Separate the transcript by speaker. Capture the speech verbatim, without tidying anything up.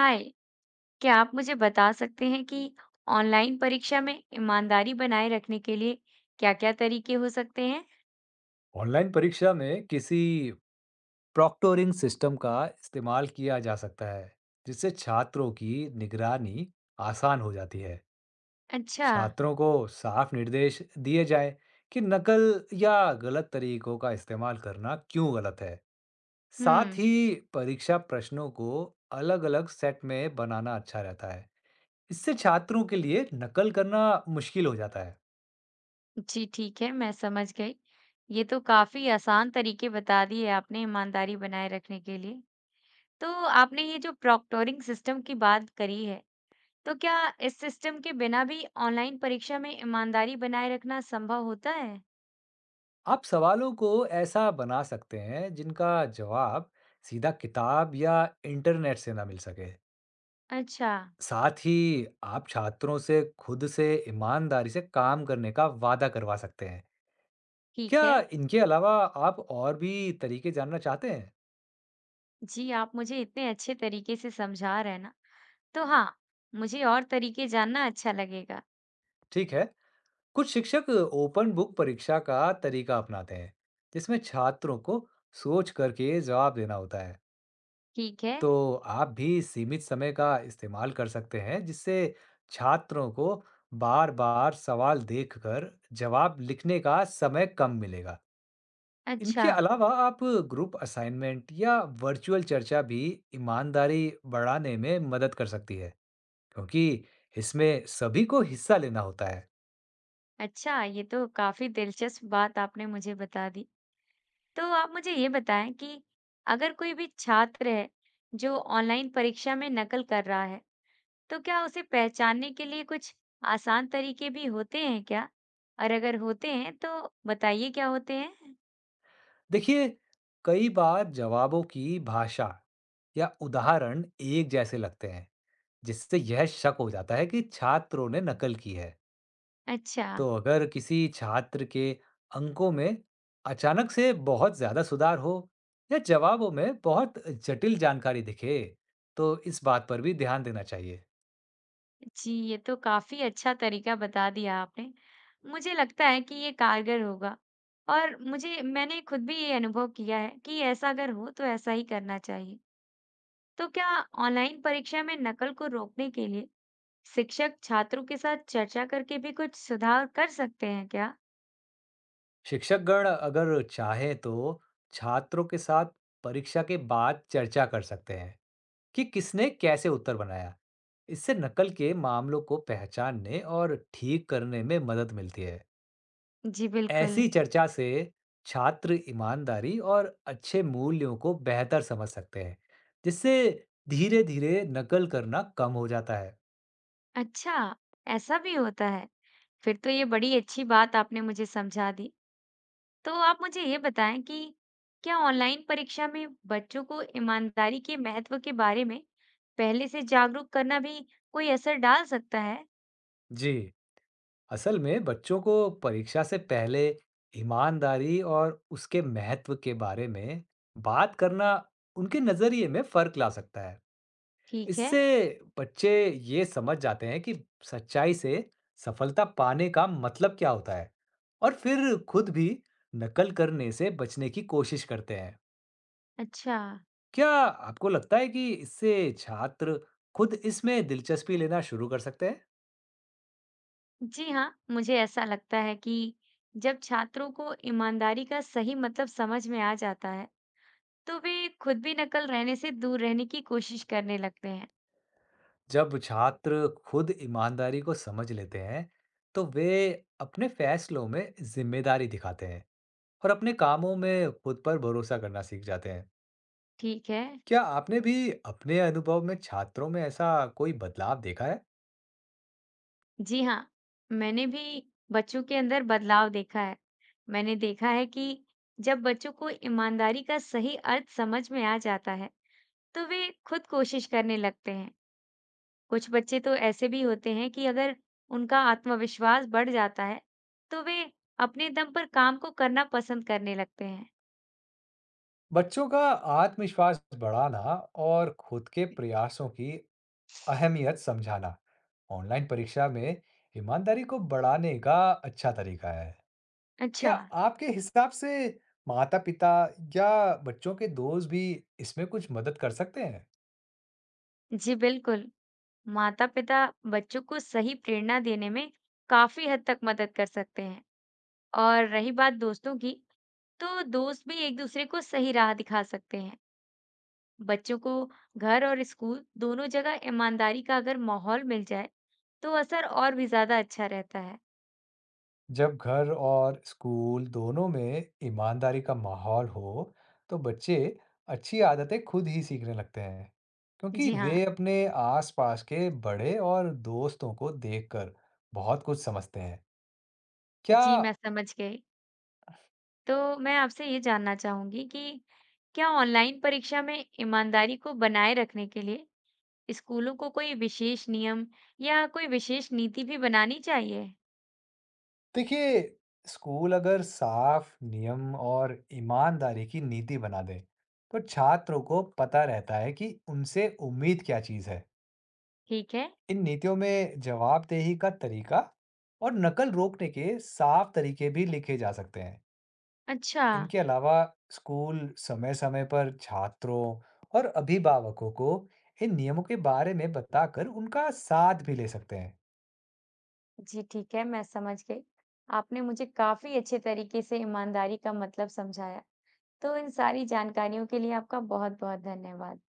Speaker 1: हाय। क्या आप मुझे बता सकते हैं कि ऑनलाइन परीक्षा में ईमानदारी बनाए रखने के लिए क्या-क्या तरीके हो सकते हैं?
Speaker 2: ऑनलाइन परीक्षा में किसी प्रॉक्टोरिंग सिस्टम का इस्तेमाल किया जा सकता है, जिससे छात्रों की निगरानी आसान हो जाती है।
Speaker 1: अच्छा।
Speaker 2: छात्रों को साफ निर्देश दिए जाएं कि नकल या गलत तरीकों का इस्तेमाल करना क्यों गलत है। साथ
Speaker 1: हम्म।
Speaker 2: ही परीक्षा प्रश्नों को अलग-अलग सेट में बनाना अच्छा रहता है। इससे छात्रों के लिए नकल करना मुश्किल हो जाता है।
Speaker 1: जी ठीक है, मैं समझ गई। ये तो काफी आसान तरीके बता दिए आपने ईमानदारी बनाए रखने के लिए। तो आपने ये जो प्रॉक्टोरिंग सिस्टम की बात करी है, तो क्या इस सिस्टम के बिना भी ऑनलाइन परीक्षा में ईमानदारी बनाए रखना संभव होता है?
Speaker 2: आप सवालों को ऐसा बना सकते हैं जिनका जवाब सीधा किताब या इंटरनेट से ना मिल सके।
Speaker 1: अच्छा,
Speaker 2: साथ ही आप छात्रों से खुद से ईमानदारी से काम करने का वादा करवा सकते हैं।
Speaker 1: ठीक
Speaker 2: क्या
Speaker 1: है।
Speaker 2: इनके अलावा आप और भी तरीके जानना चाहते हैं?
Speaker 1: जी, आप मुझे इतने अच्छे तरीके से समझा रहे हैं ना, तो हाँ, मुझे और तरीके जानना अच्छा लगेगा।
Speaker 2: ठीक है, कुछ शिक्षक ओपन बुक परीक्षा का तरीका अपनाते हैं, जिसमें छात्रों को सोच करके जवाब देना होता है।
Speaker 1: ठीक है।
Speaker 2: तो आप भी सीमित समय का इस्तेमाल कर सकते हैं, जिससे छात्रों को बार-बार सवाल देखकर जवाब लिखने का समय कम मिलेगा। इनके
Speaker 1: अच्छा,
Speaker 2: अलावा आप ग्रुप असाइनमेंट या वर्चुअल चर्चा भी ईमानदारी बढ़ाने में मदद कर सकती है, क्योंकि इसमें सभी को हिस्सा लेना होता है।
Speaker 1: अच्छा ये तो काफ़ी दिलचस्प बात आपने मुझे बता दी। तो आप मुझे ये बताएँ कि अगर कोई भी छात्र है जो ऑनलाइन परीक्षा में नकल कर रहा है, तो क्या उसे पहचानने के लिए कुछ आसान तरीके भी होते हैं क्या? और अगर होते हैं तो बताइए क्या होते हैं?
Speaker 2: देखिए, कई बार जवाबों की भाषा या उदाहरण एक जैसे लगते हैं, जिससे यह शक हो जाता है कि छात्रों ने नकल की है।
Speaker 1: अच्छा।
Speaker 2: तो अगर किसी छात्र के अंकों में अचानक से बहुत ज्यादा सुधार हो या जवाबों में बहुत जटिल जानकारी दिखे, तो इस बात पर भी ध्यान देना चाहिए।
Speaker 1: जी, ये तो काफ़ी अच्छा तरीका बता दिया आपने। मुझे लगता है कि ये कारगर होगा और मुझे मैंने खुद भी ये अनुभव किया है कि ऐसा अगर हो तो ऐसा ही करना चाहिए। तो क्या ऑनलाइन परीक्षा में नकल को रोकने के लिए शिक्षक छात्रों के साथ चर्चा करके भी कुछ सुधार कर सकते हैं क्या?
Speaker 2: शिक्षकगण अगर चाहे तो छात्रों के साथ परीक्षा के बाद चर्चा कर सकते हैं कि किसने कैसे उत्तर बनाया। इससे नकल के मामलों को पहचानने और ठीक करने में मदद मिलती है।
Speaker 1: जी, बिल्कुल।
Speaker 2: ऐसी चर्चा से छात्र ईमानदारी और अच्छे मूल्यों को बेहतर समझ सकते हैं, जिससे धीरे-धीरे नकल करना कम हो जाता है।
Speaker 1: अच्छा, ऐसा भी होता है। फिर तो ये बड़ी अच्छी बात आपने मुझे समझा दी। तो आप मुझे ये बताएं कि क्या ऑनलाइन परीक्षा में बच्चों को ईमानदारी के महत्व के बारे में पहले से जागरूक करना भी कोई असर डाल सकता है?
Speaker 2: जी, असल में बच्चों को परीक्षा से पहले ईमानदारी और उसके महत्व के बारे में बात करना उनके नजरिए में फर्क ला सकता है।
Speaker 1: ठीक है।
Speaker 2: इससे बच्चे ये समझ जाते हैं कि सच्चाई से सफलता पाने का मतलब क्या होता है और फिर खुद भी नकल करने से बचने की कोशिश करते हैं।
Speaker 1: अच्छा।
Speaker 2: क्या आपको लगता है कि इससे छात्र खुद इसमें दिलचस्पी लेना शुरू कर सकते हैं?
Speaker 1: जी हाँ, मुझे ऐसा लगता है कि जब छात्रों को ईमानदारी का सही मतलब समझ में आ जाता है, तो वे खुद भी नकल रहने से दूर रहने की कोशिश करने लगते हैं।
Speaker 2: जब छात्र खुद ईमानदारी को समझ लेते हैं, तो वे अपने फैसलों में जिम्मेदारी दिखाते हैं और अपने कामों में खुद पर भरोसा करना सीख जाते हैं।
Speaker 1: ठीक है।
Speaker 2: क्या आपने भी अपने अनुभव में छात्रों में ऐसा कोई बदलाव देखा है?
Speaker 1: जी हाँ, मैंने भी बच्चों के अंदर बदलाव देखा है। मैंने देखा है कि जब बच्चों को ईमानदारी का सही अर्थ समझ में आ जाता है, तो वे खुद कोशिश करने लगते हैं। कुछ बच्चे तो ऐसे भी होते हैं कि अगर उनका आत्मविश्वास बढ़ जाता है, तो वे अपने दम पर काम को करना पसंद करने लगते हैं।
Speaker 2: बच्चों का आत्मविश्वास बढ़ाना और खुद के प्रयासों की अहमियत समझाना ऑनलाइन परीक्षा में ईमानदारी को बढ़ाने का अच्छा तरीका है। क्या
Speaker 1: अच्छा।
Speaker 2: आपके हिसाब से माता-पिता या बच्चों के दोस्त भी इसमें कुछ मदद कर सकते हैं?
Speaker 1: जी बिल्कुल। माता-पिता बच्चों को सही प्रेरणा देने में काफी हद तक मदद कर सकते हैं। और रही बात दोस्तों की, तो दोस्त भी एक दूसरे को सही राह दिखा सकते हैं। बच्चों को घर और स्कूल दोनों जगह ईमानदारी का अगर माहौल मिल जाए, तो असर और भी ज़्यादा अच्छा रहता है।
Speaker 2: जब घर और स्कूल दोनों में ईमानदारी का माहौल हो, तो बच्चे अच्छी आदतें खुद ही सीखने लगते हैं, क्योंकि
Speaker 1: जी हाँ।
Speaker 2: वे अपने आसपास के बड़े और दोस्तों को देखकर बहुत कुछ समझते हैं। क्या?
Speaker 1: जी, मैं समझ गई। तो मैं आपसे ये जानना चाहूँगी कि क्या ऑनलाइन परीक्षा में ईमानदारी को बनाए रखने के लिए स्कूलों को कोई विशेष नियम या कोई विशेष नीति भी बनानी चाहिए?
Speaker 2: देखिए, स्कूल अगर साफ नियम और ईमानदारी की नीति बना दे, तो छात्रों को पता रहता है कि उनसे उम्मीद क्या चीज़ है।
Speaker 1: ठीक है,
Speaker 2: इन नीतियों में जवाबदेही का तरीका और नकल रोकने के साफ तरीके भी लिखे जा सकते हैं।
Speaker 1: अच्छा।
Speaker 2: इनके अलावा स्कूल समय समय पर छात्रों और अभिभावकों को इन नियमों के बारे में बताकर उनका साथ भी ले सकते हैं।
Speaker 1: जी ठीक है, मैं समझ गई। आपने मुझे काफ़ी अच्छे तरीके से ईमानदारी का मतलब समझाया। तो इन सारी जानकारियों के लिए आपका बहुत-बहुत धन्यवाद।